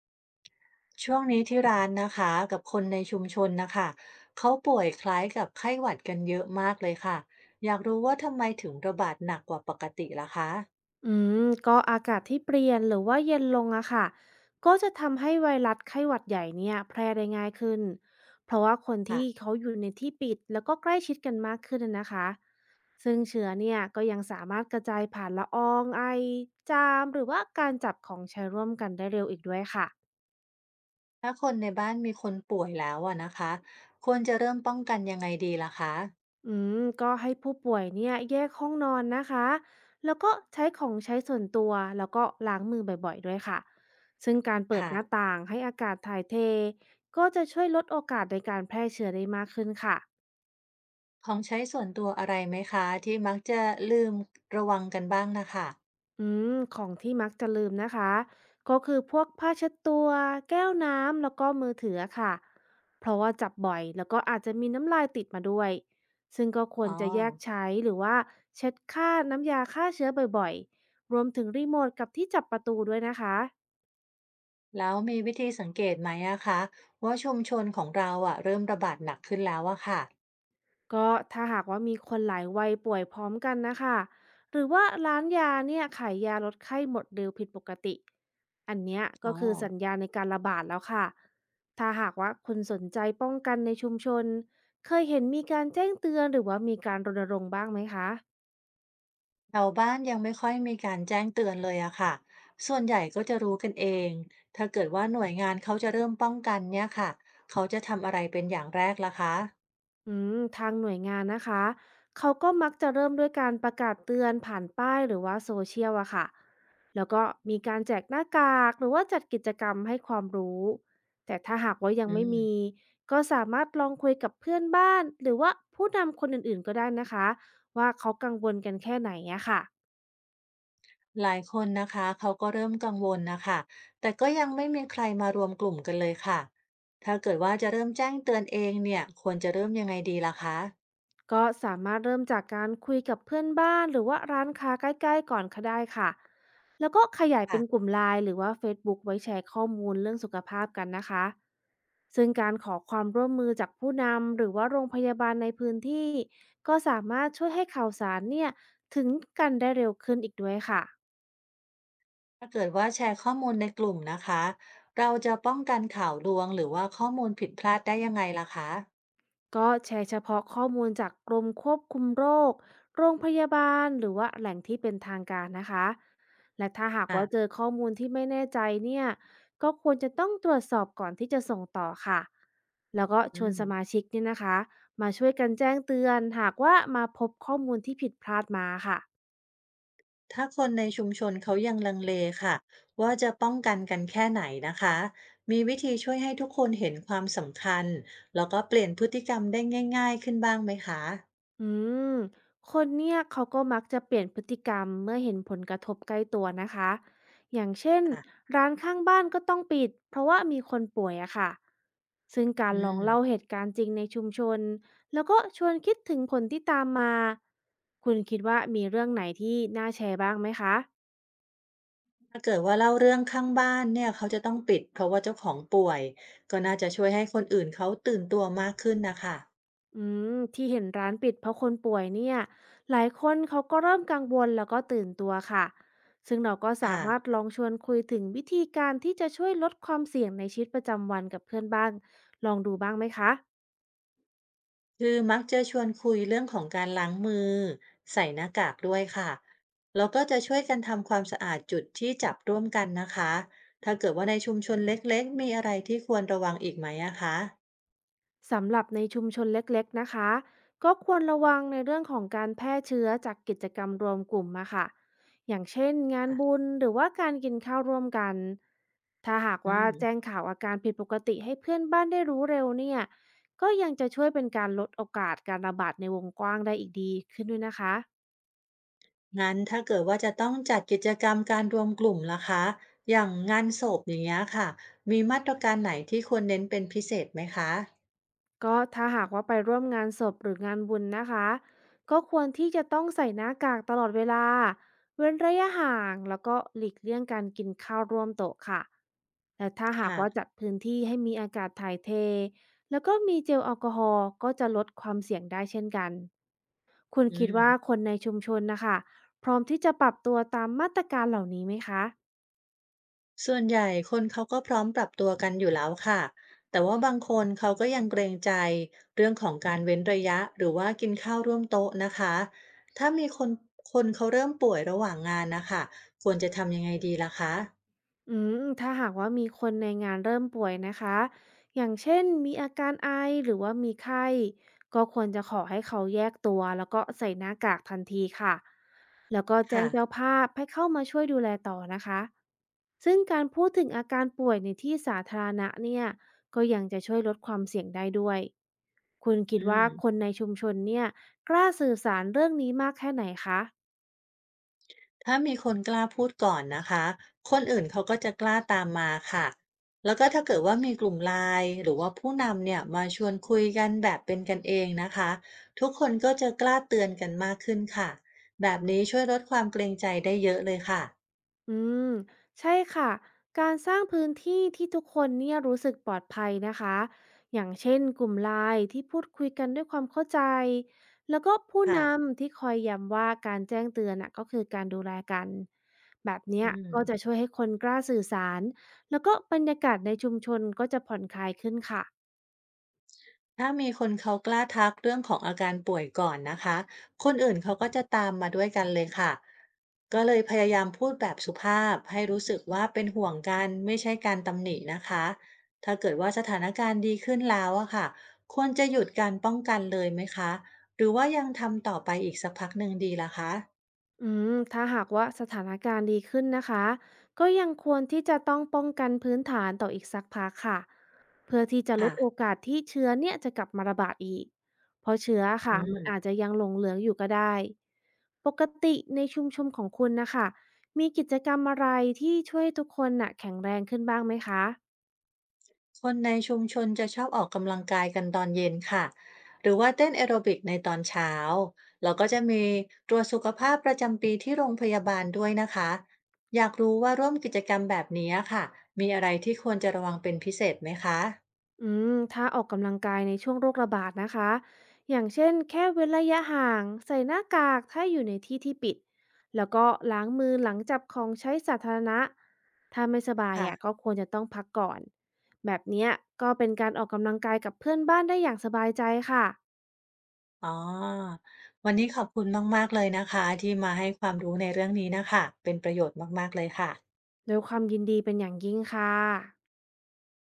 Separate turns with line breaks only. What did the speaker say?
ช่วงนี้ที่ร้านนะคะกับคนในชุมชนนะคะเขาป่วยคล้ายกับไข้หวัดกันเยอะมากเลยค่ะอยากรู้ว่าทำไมถึงระบาดหนักกว่าปกติล่ะคะ
อืก็อากาศที่เปลี่ยนหรือว่าเย็นลงอะค่ะก็จะทำให้ไวรัสไข้หวัดใหญ่เนี่ยแพร่ได้ง่ายขึ้นเพราะว่าคนที่
ค่ะ
เขาอยู่ในที่ปิดแล้วก็ใกล้ชิดกันมากขึ้นนะคะซึ่งเชื้อเนี่ยก็ยังสามารถกระจายผ่านละอองไอจามหรือว่าการจับของใช้ร่วมกันได้เร็วอีกด้วยค่ะ
ถ้าคนในบ้านมีคนป่วยแล้วอะนะคะควรจะเริ่มป้องกันยังไงดีล่ะคะ
อืก็ให้ผู้ป่วยเนี่ยแยกห้องนอนนะคะ แล้วก็ใช้ของใช้ส่วนตัวแล้วก็ล้างมือบ่อยๆด้วยค่ะ ซึ่งการเปิด
ค่ะ
หน้าต่างให้อากาศถ่ายเทก็จะช่วยลดโอกาสในการแพร่เชื้อได้มากขึ้นค่ะ
ของใช้ส่วนตัวอะไรไหมคะที่มักจะลืมระวังกันบ้างนะคะ
อืของที่มักจะลืมนะคะก็คือพวกผ้าเช็ดตัวแก้วน้ำแล้วก็มือถือะค่ะเพราะว่าจับบ่อยแล้วก็อาจจะมีน้ำลายติดมาด้วยซึ่งก็คว
อ๋
ร
อ
จะแยกใช้หรือว่าเช็ดฆ่าน้ำยาฆ่าเชื้อบ่อยๆรวมถึงรีโมทกับที่จับประตูด้วยนะคะ
แล้วมีวิธีสังเกตไหมอะคะว่าชุมชนของเราอะเริ่มระบาดหนักขึ้นแล้วอะค่ะ
ก็ถ้าหากว่ามีคนหลายวัยป่วยพร้อมกันนะคะหรือว่าร้านยาเนี่ยขายยาลดไข้หมดเร็วผิดปกติอันเนี้ย
อ๋อ
ก็คือสัญญาณในการระบาดแล้วค่ะถ้าหากว่าคุณสนใจป้องกันในชุมชนเคยเห็นมีการแจ้งเตือนหรือว่ามีการรณรงค์บ้างไหมคะ
แถวบ้านยังไม่ค่อยมีการแจ้งเตือนเลยอะค่ะส่วนใหญ่ก็จะรู้กันเอง ถ้าเกิดว่าหน่วยงานเขาจะเริ่มป้องกันเนี่ยค่ะเขาจะทำอะไรเป็นอย่างแรกล่ะคะ
ทางหน่วยงานนะคะเขาก็มักจะเริ่มด้วยการประกาศเตือนผ่านป้ายหรือว่าโซเชียลอะค่ะแล้วก็มีการแจกหน้ากากหรือว่าจัดกิจกรรมให้ความรู้แต่ถ้าหากว่ายัง
อื
ไม่
ม
มีก็สามารถลองคุยกับเพื่อนบ้านหรือว่าผู้นำคนอื่นๆก็ได้นะคะว่าเขากังวลกันแค่ไหนอะค่ะ
หลายคนนะคะเขาก็เริ่มกังวลนะคะแต่ก็ยังไม่มีใครมารวมกลุ่มกันเลยค่ะถ้าเกิดว่าจะเริ่มแจ้งเตือนเองเนี่ยควรจะเริ่มยังไงดีล่ะคะ
ก็สามารถเริ่มจากการคุยกับเพื่อนบ้านหรือว่าร้านค้าใกล้ๆก่อนก็ได้ค่ะแล้วก็ขยายเป็
ค่ะ
นกลุ่มไลน์หรือว่า Facebook ไว้แชร์ข้อมูลเรื่องสุขภาพกันนะคะซึ่งการขอความร่วมมือจากผู้นำหรือว่าโรงพยาบาลในพื้นที่ก็สามารถช่วยให้ข่าวสารเนี่ยถึงกันได้เร็วขึ้นอีกด้วยค่ะ
ถ้าเกิดว่าแชร์ข้อมูลในกลุ่มนะคะเราจะป้องกันข่าวลวงหรือว่าข้อมูลผิดพลาดได้ยังไงล่ะคะ
ก็แชร์เฉพาะข้อมูลจากกรมควบคุมโรคโรงพยาบาลหรือว่าแหล่งที่เป็นทางการนะคะ และถ้าหากว่าเจ
ค่ะ
อข้อมูลที่ไม่แน่ใจเนี่ย ก็ควรจะต้องตรวจสอบก่อนที่จะส่งต่อค่ะ แล้วก็
อื
ชวน
ม
สมาชิกเนี่ยนะคะมาช่วยกันแจ้งเตือนหากว่ามาพบข้อมูลที่ผิดพลาดมาค่ะ
ถ้าคนในชุมชนเขายังลังเลค่ะว่าจะป้องกันกันแค่ไหนนะคะมีวิธีช่วยให้ทุกคนเห็นความสำคัญแล้วก็เปลี่ยนพฤติกรรมได้ง่ายๆขึ้นบ้างไหมคะ
อืมคนเนี่ยเขาก็มักจะเปลี่ยนพฤติกรรมเมื่อเห็นผลกระทบใกล้ตัวนะคะ อย่างเช่น
ค่ะ
ร้านข้างบ้านก็ต้องปิดเพราะว่ามีคนป่วยอะค่ะซึ่งกา
อื
รลอง
ม
เล่าเหตุการณ์จริงในชุมชนแล้วก็ชวนคิดถึงผลที่ตามมา คุณคิดว่ามีเรื่องไหนที่น่าแชร์บ้างไหมคะ
ถ้าเกิดว่าเล่าเรื่องข้างบ้านเนี่ยเขาจะต้องปิดเพราะว่าเจ้าของป่วยก็น่าจะช่วยให้คนอื่นเขาตื่นตัวมากขึ้นนะคะ
อืที่เห็นร้านปิดเพราะคนป่วยเนี่ยหลายคนเขาก็เริ่มกังวลแล้วก็ตื่นตัวค่ะซึ่งเราก็สา
ค่ะ
มารถลองชวนคุยถึงวิธีการที่จะช่วยลดความเสี่ยงในชีวิตประจำวันกับเพื่อนบ้างลองดูบ้างไหมคะ
คือมักจะชวนคุยเรื่องของการล้างมือใส่หน้ากากด้วยค่ะแล้วก็จะช่วยกันทำความสะอาดจุดที่จับร่วมกันนะคะถ้าเกิดว่าในชุมชนเล็กๆมีอะไรที่ควรระวังอีกไหมอะคะ
สำหรับในชุมชนเล็กๆนะคะก็ควรระวังในเรื่องของการแพร่เชื้อจากกิจกรรมรวมกลุ่มมาค่ะอย่างเช่นงาน
อ่ะ
บุญหรือว่าการกินข้าวร่วมกันถ้าหาก
อื
ว่าแจ้ง
ม
ข่าวอาการผิดปกติให้เพื่อนบ้านได้รู้เร็วเนี่ยก็ยังจะช่วยเป็นการลดโอกาสการระบาดในวงกว้างได้อีกดีขึ้นด้วยนะคะ
งั้นถ้าเกิดว่าจะต้องจัดกิจกรรมการรวมกลุ่มล่ะคะอย่างงานศพอย่างเงี้ยค่ะมีมาตรการไหนที่ควรเน้นเป็นพิเศษไหมคะ
ก็ถ้าหากว่าไปร่วมงานศพหรืองานบุญนะคะก็ควรที่จะต้องใส่หน้ากากตลอดเวลาเว้นระยะห่างแล้วก็หลีกเลี่ยงการกินข้าวร่วมโต๊ะค่ะแต่ถ้าหาก
ค่ะ
ว่าจัดพื้นที่ให้มีอากาศถ่ายเทแล้วก็มีเจลแอลกอฮอล์ก็จะลดความเสี่ยงได้เช่นกันคุณ
อื
คิด
ม
ว่าคนในชุมชนนะคะพร้อมที่จะปรับตัวตามมาตรการเหล่านี้ไหมคะ
ส่วนใหญ่คนเขาก็พร้อมปรับตัวกันอยู่แล้วค่ะ แต่ว่าบางคนเขาก็ยังเกรงใจเรื่องของการเว้นระยะหรือว่ากินข้าวร่วมโต๊ะนะคะ ถ้ามีคนเขาเริ่มป่วยระหว่างงานนะคะ ควรจะทำยังไงดีล่ะคะ
ถ้าหากว่ามีคนในงานเริ่มป่วยนะคะ อย่างเช่นมีอาการไอหรือว่ามีไข้ ก็ควรจะขอให้เขาแยกตัวแล้วก็ใส่หน้ากากทันทีค่ะ แล้วก็แจ้
ค่ะ
งเจ้าภาพให้เข้ามาช่วยดูแลต่อนะคะ ซึ่งการพูดถึงอาการป่วยในที่สาธารณะเนี่ย ก็ยังจะช่วยลดความเสี่ยงได้ด้วยคุณคิด
อื
ว่าค
ม
นในชุมชนเนี่ยกล้าสื่อสารเรื่องนี้มากแค่ไหนคะ
ถ้ามีคนกล้าพูดก่อนนะคะ คนอื่นเขาก็จะกล้าตามมาค่ะ แล้วก็ถ้าเกิดว่ามีกลุ่มไลน์หรือว่าผู้นำเนี่ยมาชวนคุยกันแบบเป็นกันเองนะคะ ทุกคนก็จะกล้าเตือนกันมากขึ้นค่ะ แบบนี้ช่วยลดความเกรงใจได้เยอะเลยค่ะ
อืมใช่ค่ะการสร้างพื้นที่ที่ทุกคนเนี่ยรู้สึกปลอดภัยนะคะอย่างเช่นกลุ่มไลน์ที่พูดคุยกันด้วยความเข้าใจแล้วก็ผู้
ค่ะ
นำที่คอยย้ำว่าการแจ้งเตือนน่ะก็คือการดูแลกันแบบเนี้
อื
ยก็จะ
ม
ช่วยให้คนกล้าสื่อสารแล้วก็บรรยากาศในชุมชนก็จะผ่อนคลายขึ้นค่ะ
ถ้ามีคนเขากล้าทักเรื่องของอาการป่วยก่อนนะคะ คนอื่นเขาก็จะตามมาด้วยกันเลยค่ะ ก็เลยพยายามพูดแบบสุภาพให้รู้สึกว่าเป็นห่วงกันไม่ใช่การตำหนินะคะ ถ้าเกิดว่าสถานการณ์ดีขึ้นแล้วอะค่ะ ควรจะหยุดการป้องกันเลยไหมคะ หรือว่ายังทำต่อไปอีกสักพักหนึ่งดีล่ะคะ
ถ้าหากว่าสถานการณ์ดีขึ้นนะคะก็ยังควรที่จะต้องป้องกันพื้นฐานต่ออีกสักพักค่ะเพื่อที่จะล
ค่ะ
ดโอกาสที่เชื้อเนี่ยจะกลับมาระบาดอีกเพราะเชื้อ
อื
ค่ะมัน
ม
อาจจะยังหลงเหลืองอยู่ก็ได้ปกติในชุมชนของคุณนะคะมีกิจกรรมอะไรที่ช่วยให้ทุกคนน่ะแข็งแรงขึ้นบ้างไหมคะ
คนในชุมชนจะชอบออกกำลังกายกันตอนเย็นค่ะหรือว่าเต้นแอโรบิกในตอนเช้าแล้วก็จะมีตรวจสุขภาพประจำปีที่โรงพยาบาลด้วยนะคะอยากรู้ว่าร่วมกิจกรรมแบบนี้ค่ะมีอะไรที่ควรจะระวังเป็นพิเศษไหมคะ
ถ้าออกกำลังกายในช่วงโรคระบาดนะคะอย่างเช่นแค่เว้นระยะห่างใส่หน้ากากถ้าอยู่ในที่ที่ปิดแล้วก็ล้างมือหลังจับของใช้สาธารณะถ้าไม่สบาย
ค่ะ
อ่ะก็ควรจะต้องพักก่อนแบบเนี้ยก็เป็นการออกกำลังกายกับเพื่อนบ้านได้อย่างสบายใจค่ะ
อ๋อวันนี้ขอบคุณมากๆเลยนะคะที่มาให้ความรู้ในเรื่องนี้นะคะเป็นประโยชน์มากๆเลยค่ะ
โดวยความยินดีเป็นอย่างยิ่งค่ะ